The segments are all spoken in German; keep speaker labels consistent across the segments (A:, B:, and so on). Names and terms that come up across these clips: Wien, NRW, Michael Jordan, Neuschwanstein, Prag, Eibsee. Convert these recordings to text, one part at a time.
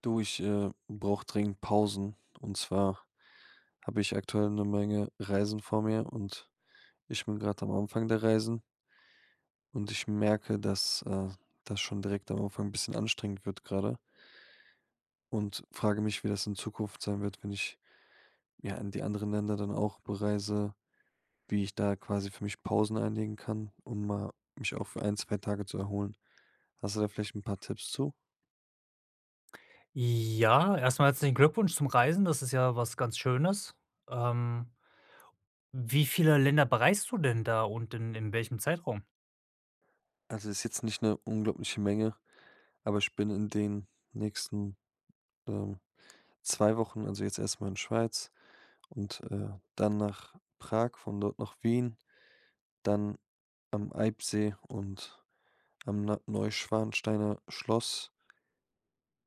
A: Du, ich brauche dringend Pausen. Und zwar habe ich aktuell eine Menge Reisen vor mir und ich bin gerade am Anfang der Reisen und ich merke, dass das schon direkt am Anfang ein bisschen anstrengend wird gerade und frage mich, wie das in Zukunft sein wird, wenn ich ja in die anderen Länder dann auch bereise, wie ich da quasi für mich Pausen einlegen kann, um mal mich auch für ein, zwei Tage zu erholen. Hast du da vielleicht ein paar Tipps zu?
B: Ja, erstmal mal herzlichen Glückwunsch zum Reisen. Das ist ja was ganz Schönes. Ähm, Wie viele Länder bereist du denn da und in welchem Zeitraum?
A: Also ist jetzt nicht eine unglaubliche Menge, aber ich bin in den nächsten ähm, 2 Wochen, also jetzt erstmal mal in Schweiz und dann nach Prag, von dort nach Wien, dann am Eibsee und am Neuschwansteiner Schloss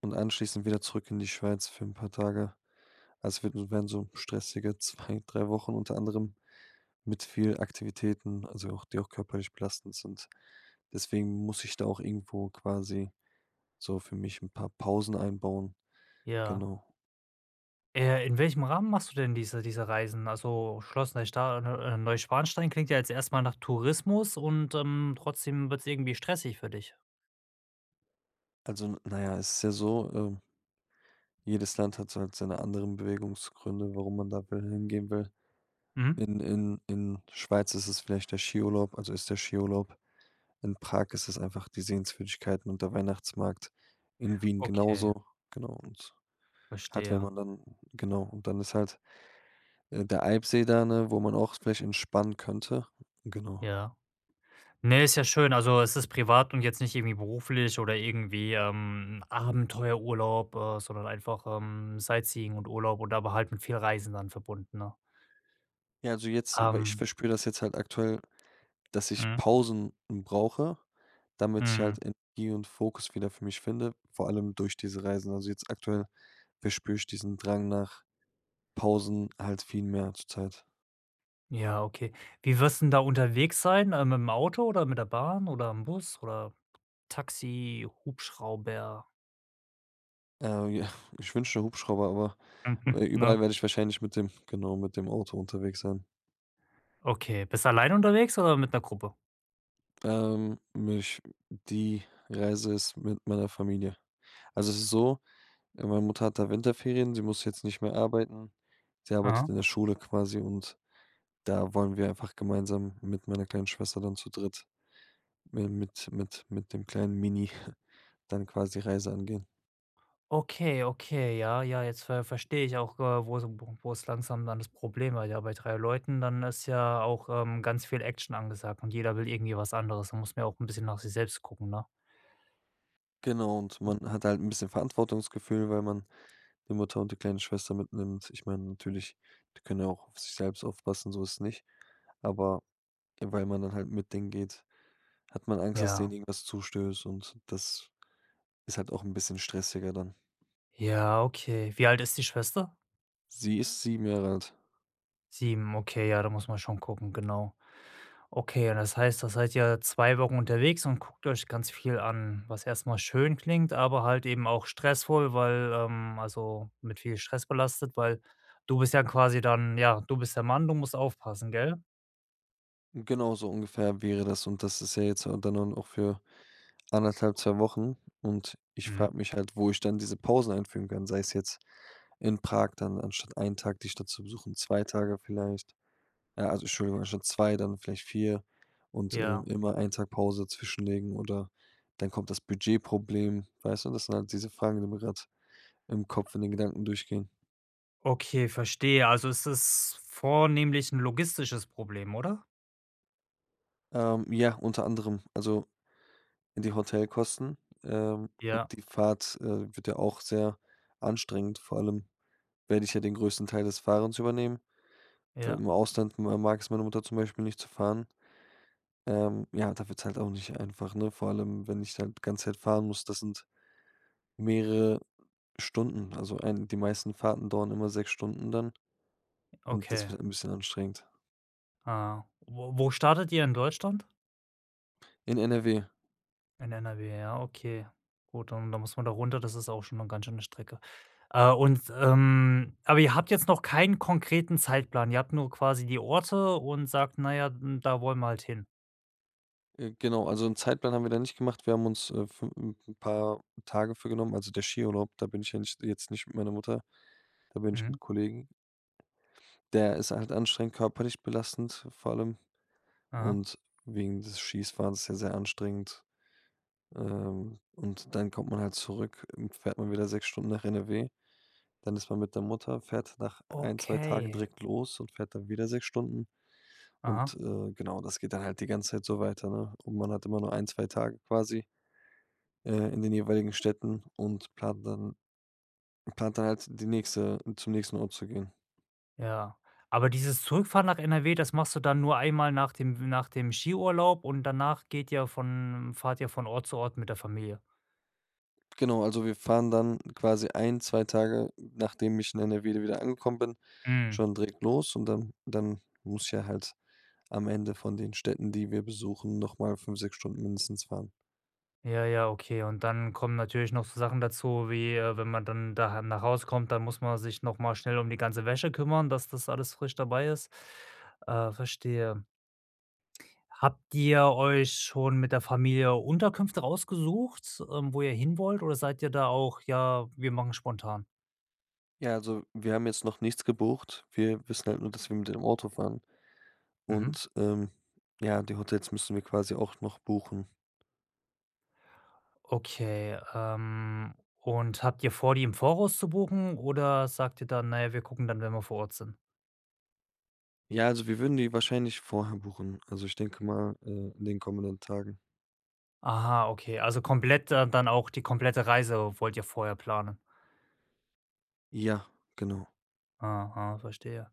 A: und anschließend wieder zurück in die Schweiz für ein paar Tage. Also, es wird werden so stressige 2 3 Wochen, unter anderem mit viel Aktivitäten, also auch die auch körperlich belastend sind. Deswegen muss ich da auch irgendwo quasi so für mich ein paar Pausen einbauen,
B: Ja.
A: genau.
B: In welchem Rahmen machst du denn diese Reisen? Also, Schloss Neusta Neuschwanstein klingt ja jetzt erstmal nach Tourismus und, trotzdem wird es irgendwie stressig für dich.
A: Also, na ja, es ist ja so, ähm. Jedes Land hat so halt seine anderen Bewegungsgründe, warum man da will hingehen will.
B: Mhm.
A: In Schweiz ist es vielleicht der Skiurlaub, also ist der Skiurlaub. In Prag ist es einfach die Sehenswürdigkeiten und der Weihnachtsmarkt. In Wien
B: Okay,
A: genauso, genau und halt, wenn
B: verstehe.
A: man dann genau, und dann ist halt, der Alpsee da, ne, wo man auch vielleicht entspannen könnte. Genau.
B: Ja. Ne, ist ja schön. Also, es ist privat und jetzt nicht irgendwie beruflich oder irgendwie, Abenteuerurlaub, sondern einfach, Sightseeing und Urlaub und aber halt mit viel Reisen dann verbunden, ne?
A: Ja, also jetzt, weil ich
B: Ähm,
A: verspüre das jetzt halt aktuell, dass ich
B: mhm,
A: Pausen brauche, damit ich halt
B: mhm.
A: Energie und Fokus wieder für mich finde, vor allem durch diese Reisen. Also jetzt aktuell verspüre ich diesen Drang nach Pausen halt viel mehr zurzeit.
B: Ja, okay. Wie wirst du denn da unterwegs sein? Mit'm Auto oder mit der Bahn oder im Bus oder Taxi, Hubschrauber,
A: Ja, ich wünschte Hubschrauber, aber,
B: mhm,
A: äh,
B: ne?
A: überall werde ich wahrscheinlich mit dem Auto unterwegs sein.
B: Okay. Bist du alleine unterwegs oder mit einer Gruppe?
A: Mich die Reise ist mit meiner Familie. Also, es ist so, meine Mutter hat da Winterferien, sie muss jetzt nicht mehr arbeiten. Sie arbeitet
B: Mhm.
A: in der Schule quasi und da wollen wir einfach gemeinsam mit meiner kleinen Schwester dann zu dritt mi mit dem kleinen Mini dann quasi Reise angehen.
B: Okay, okay, ja, ja, jetzt verstehe ich auch, wo so wo es langsam dann das Problem war. Ja, bei 3 Leuten, dann ist ja auch, ganz viel Action angesagt und jeder will irgendwie was anderes. Da muss man ja auch ein bisschen nach sich selbst gucken, ne?
A: Genau, und man hat halt ein bisschen Verantwortungsgefühl, weil man die Mutter und die kleine Schwester mitnimmt. Ich meine, natürlich, die können ja auch auf sich selbst aufpassen, so ist es nicht, aber weil man dann halt mit denen geht, hat man Angst, dass denen
B: Ja.
A: irgendwas zustößt und das ist halt auch ein bisschen stressiger dann.
B: Ja, okay. Wie alt ist die Schwester?
A: Sie ist 7 Jahre alt.
B: 7. Okay, ja, da muss man schon gucken, genau. Okay, und das heißt, da seid ihr 2 Wochen unterwegs und guckt euch ganz viel an, was erstmal schön klingt, aber halt eben auch stressvoll, weil, also, mit viel Stress belastet, weil du bist ja quasi dann ja, du bist der Mann, du musst aufpassen, gell?
A: Genau so ungefähr wäre das und das ist ja jetzt dann auch für anderthalb 2 Wochen und ich frage
B: Mhm.
A: mich halt, wo ich dann diese Pausen einfügen kann, sei es jetzt in Prag dann anstatt einen Tag die Stadt zu besuchen, 2 Tage vielleicht. Ja, also Entschuldigung, schon 2 dann vielleicht 4 und
B: Ja,
A: immer einen Tag Pause zwischenlegen oder dann kommt das Budgetproblem, weißt du? Das sind halt diese Fragen, die mir grad im Kopf in den Gedanken durchgehen.
B: okay, verstehe. Also, ist es vornehmlich ein logistisches Problem, oder?
A: Ja, unter anderem, also die Hotelkosten, und
B: Ja,
A: die Fahrt wird ja auch sehr anstrengend. Vor allem werde ich ja den größten Teil des Fahrens übernehmen, weil
B: ja,
A: im Ausland ma mag es meine Mutter zum Beispiel nicht zu fahren. Ja, da wird es halt auch nicht einfach, ne? Vor allem, wenn ich halt die ganze Zeit fahren muss, das sind mehrere Stunden, also ein die meisten Fahrten dauern immer 6 Stunden dann und das
B: okay.
A: wird ein bisschen anstrengend.
B: Ah, wo startet ihr in Deutschland?
A: In NRW.
B: In NRW, ja, okay. Gut, dann muss man da runter, das ist auch schon eine ganz schöne Strecke. Und, aber ihr habt jetzt noch keinen konkreten Zeitplan. Ihr habt nur quasi die Orte und sagt: „Na ja, hm, da wollen wir halt hin.“
A: Genau, also einen Zeitplan haben wir da nicht gemacht. Wir haben uns, fü 'n paar Tage für genommen, also der Skiurlaub, da bin ich ja nicht mit meiner Mutter, da bin ich mit
B: Mhm.
A: Kollegen. Der ist halt anstrengend, körperlich belastend vor allem
B: Aha.
A: und wegen des Skis war das ja sehr anstrengend, und dann kommt man halt zurück, fährt man wieder 6 Stunden nach NRW, dann ist man mit der Mutter, fährt nach ein 2 Tagen
B: Okay.
A: direkt los und fährt dann wieder 6 Stunden. Und,
B: Aha,
A: genau, das geht dann halt die ganze Zeit so weiter, ne? Und man hat immer nur ein 2 Tage quasi, in den jeweiligen Städten und plant dann halt die nächste zum nächsten Ort zu gehen.
B: ja. Aber dieses Zurückfahren nach NRW, das machst du dann nur einmal nach dem Skiurlaub und danach geht ihr von fahrt ihr von Ort zu Ort mit der Familie?
A: Genau, also wir fahren dann quasi ein 2 Tage, nachdem ich in NRW wieder angekommen bin,
B: Mhm.
A: schon direkt los und dann muss ja halt am Ende von den Städten, die wir besuchen, noch mal 5, 6 Stunden mindestens fahren.
B: Ja, ja, okay. Und dann kommen natürlich noch so Sachen dazu, wie wenn man dann da nach Hause kommt, dann muss man sich nochmal schnell um die ganze Wäsche kümmern, dass das alles frisch dabei ist. Verstehe. Habt ihr euch schon mit der Familie Unterkünfte rausgesucht, wo ihr hin wollt? Oder seid ihr da auch, ja, wir machen spontan?
A: Ja, also wir haben jetzt noch nichts gebucht. Wir wissen halt nur, dass wir mit dem Auto fahren.
B: Mhm.
A: Und, ja, die Hotels müssen wir quasi auch noch buchen.
B: Okay. Und habt ihr vor, die im Voraus zu buchen? Oder sagt ihr dann, naja, wir gucken dann, wenn wir vor Ort sind?
A: Ja, also wir würden die wahrscheinlich vorher buchen. Also, ich denke mal, in den kommenden Tagen.
B: Aha, okay. Also komplett da dann auch die komplette Reise wollt ihr vorher planen.
A: Ja, genau.
B: Aha, verstehe.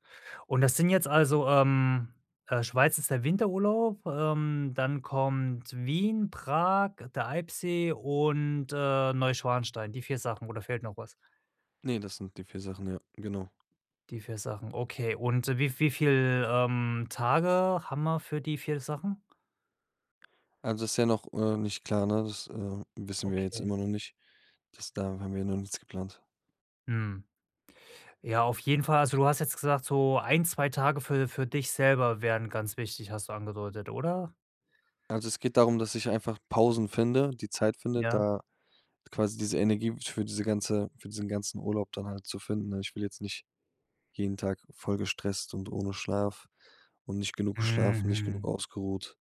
B: Und das sind jetzt also, Schweiz ist der Winterurlaub, dann kommt Wien, Prag, der Eibsee und, Neuschwanstein. Die 4 Sachen oder fehlt noch was?
A: Nee, das sind die vier Sachen, ja, genau.
B: Die vier Sachen, okay. Und wie viel, Tage haben wir für die 4 Sachen?
A: Also, das ist ja noch, nicht klar, ne? Das, wissen wir jetzt
B: Okay.
A: immer noch nicht. Das da haben wir noch nichts geplant.
B: Mhm. Ja, auf jeden Fall. Also, du hast jetzt gesagt, so ein 2 Tage für dich selber wären ganz wichtig, hast du angedeutet, oder?
A: Also, es geht darum, dass ich einfach Pausen finde, die Zeit finde,
B: Ja.
A: da quasi diese Energie für diesen ganzen Urlaub dann halt zu finden, ne? Ich will jetzt nicht jeden Tag voll gestresst und ohne Schlaf und nicht genug geschlafen, nicht genug
B: Mhm.
A: ausgeruht.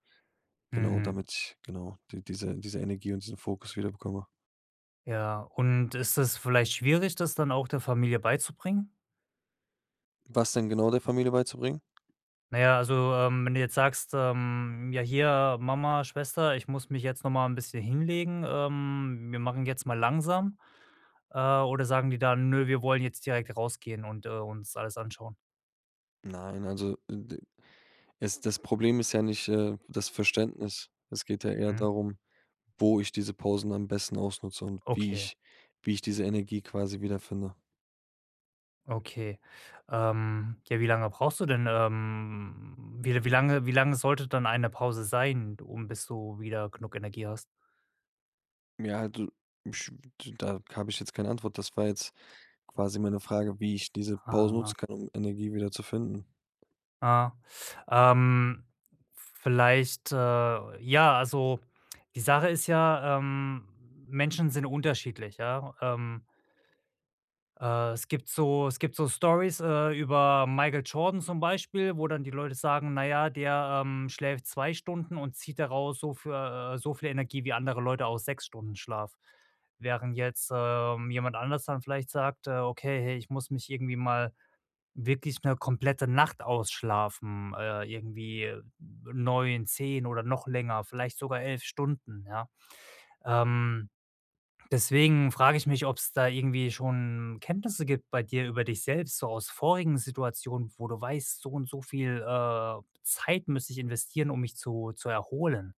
A: Genau,
B: Mhm.
A: damit ich genau diese Energie und diesen Fokus wieder bekomme.
B: Ja, und ist das vielleicht schwierig, das dann auch der Familie beizubringen?
A: Was denn genau der Familie beizubringen?
B: Naja, also, wenn du jetzt sagst, „Ja, hier, Mama, Schwester, ich muss mich jetzt noch mal 'n bisschen hinlegen, wir machen jetzt mal langsam.“ oder sagen die dann: „Nö, wir wollen jetzt direkt rausgehen und, uns alles anschauen?“
A: Nein, also, d es das Problem ist ja nicht das Verständnis. Es geht ja eher
B: Mhm.
A: darum, wo ich diese Pausen am besten ausnutze und
B: Okay,
A: wie ich diese Energie quasi wiederfinde.
B: okay. Ja, wie lange brauchst du denn, wie wie lange sollte dann eine Pause sein, um bis du wieder genug Energie hast?
A: Ja, also, ich d da habe ich jetzt keine Antwort. Das war jetzt quasi meine Frage, wie ich diese Pausen
B: Ah.
A: nutzen kann, um Energie wieder zu finden.
B: Ja. Ähm, vielleicht, ja, also, die Sache ist ja, Menschen sind unterschiedlich, ja? Es gibt so Stories über Michael Jordan zum Beispiel, wo dann die Leute sagen: naja, der, schläft 2 Stunden und zieht daraus so für so viel Energie wie andere Leute aus 6 Stunden Schlaf.“ Während jetzt, jemand anders dann vielleicht sagt: okay, hey, ich muss mich irgendwie mal wirklich eine komplette Nacht ausschlafen, irgendwie 9 10 oder noch länger, vielleicht sogar 11 Stunden, ja. Ähm, deswegen frage ich mich, ob es da irgendwie schon Kenntnisse gibt bei dir über dich selbst, so aus vorigen Situationen, wo du weißt, so und so viel, Zeit müsste ich investieren, um mich zu erholen.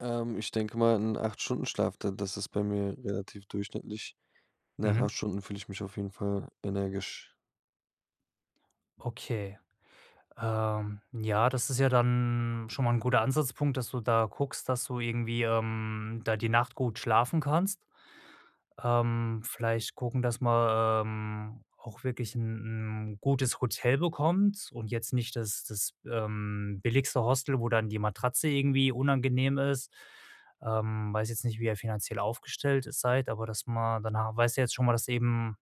A: Ich denke mal, 'n 8 Stunden Schlaf, da das ist bei mir relativ durchschnittlich. Nach
B: Mhm.
A: 8 Stunden fühle ich mich auf jeden Fall energisch.
B: Okay. Ja, das ist ja dann schon mal ein guter Ansatzpunkt, dass du da guckst, dass du irgendwie, da die Nacht gut schlafen kannst. Vielleicht gucken, dass man, auch wirklich ein 'n gutes Hotel bekommt und jetzt nicht billigste Hostel, wo dann die Matratze irgendwie unangenehm ist. Weiß jetzt nicht, wie ihr finanziell aufgestellt seid, aber dass man dann ha weißt du jetzt schon mal, dass du eben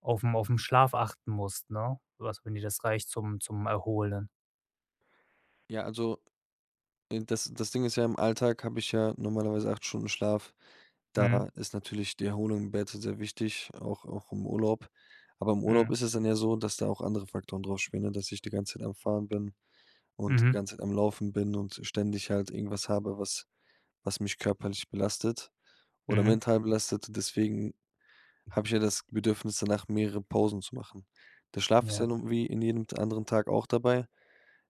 B: auf dem Schlaf achten musst, ne? Was wenn dir das reicht zum Erholen.
A: Ja, also, das Ding ist ja, im Alltag habe ich ja normalerweise 8 Stunden Schlaf. Da
B: Mhm.
A: ist natürlich die Erholung im Bett sehr wichtig, auch im Urlaub. Aber im Urlaub
B: Mhm.
A: ist es dann ja so, dass da auch andere Faktoren drauf spielen, ne, dass ich die ganze Zeit am Fahren bin und die
B: Mhm.
A: ganze Zeit am Laufen bin und ständig halt irgendwas habe, was mich körperlich belastet oder
B: Mhm.
A: mental belastet. Deswegen habe ich ja das Bedürfnis danach, mehrere Pausen zu machen. Der Schlaf ist ja
B: Ja,
A: nun wie in jedem anderen Tag auch dabei.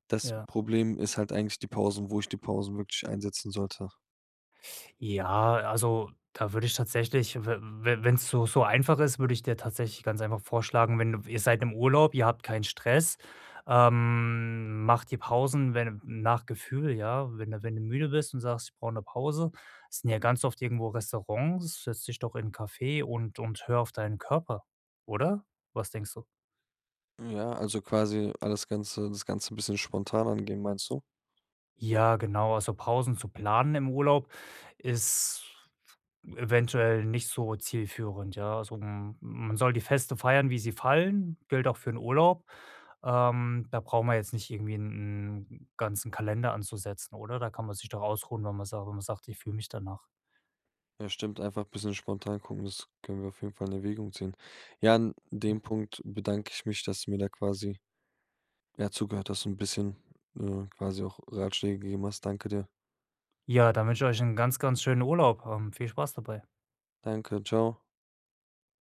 A: Das
B: ja.
A: Problem ist halt eigentlich die Pausen, wo ich die Pausen wirklich einsetzen sollte.
B: Ja, also da würde ich tatsächlich, wenn es so einfach ist, würde ich dir tatsächlich ganz einfach vorschlagen, wenn du ihr seid im Urlaub, ihr habt keinen Stress, macht die Pausen, wenn nach Gefühl, ja. Wenn du müde bist und sagst: „Ich brauche eine Pause“, es sind ja ganz oft irgendwo Restaurants, setz dich doch in 'n Café und hör auf deinen Körper, oder? Was denkst du?
A: Ja, also quasi das Ganze ein bisschen spontan angehen, meinst du?
B: Ja, genau, also Pausen zu planen im Urlaub ist eventuell nicht so zielführend, ja. Also, m man soll die Feste feiern, wie sie fallen, gilt auch für den Urlaub. Da brauchen wir jetzt nicht irgendwie einen ganzen Kalender anzusetzen, oder? Da kann man sich doch ausruhen, wenn man sa wenn man sagt: „Ich fühle mich danach.“
A: Ja, stimmt, einfach ein bisschen spontan gucken, das können wir auf jeden Fall in Erwägung ziehen. Ja, an dem Punkt bedanke ich mich, dass du mir da quasi ja, zugehört hast und ein bisschen quasi auch Ratschläge gegeben hast. Danke dir.
B: Ja, dann wünsche ich euch einen ganz, ganz schönen Urlaub. Viel Spaß dabei.
A: Danke, ciao.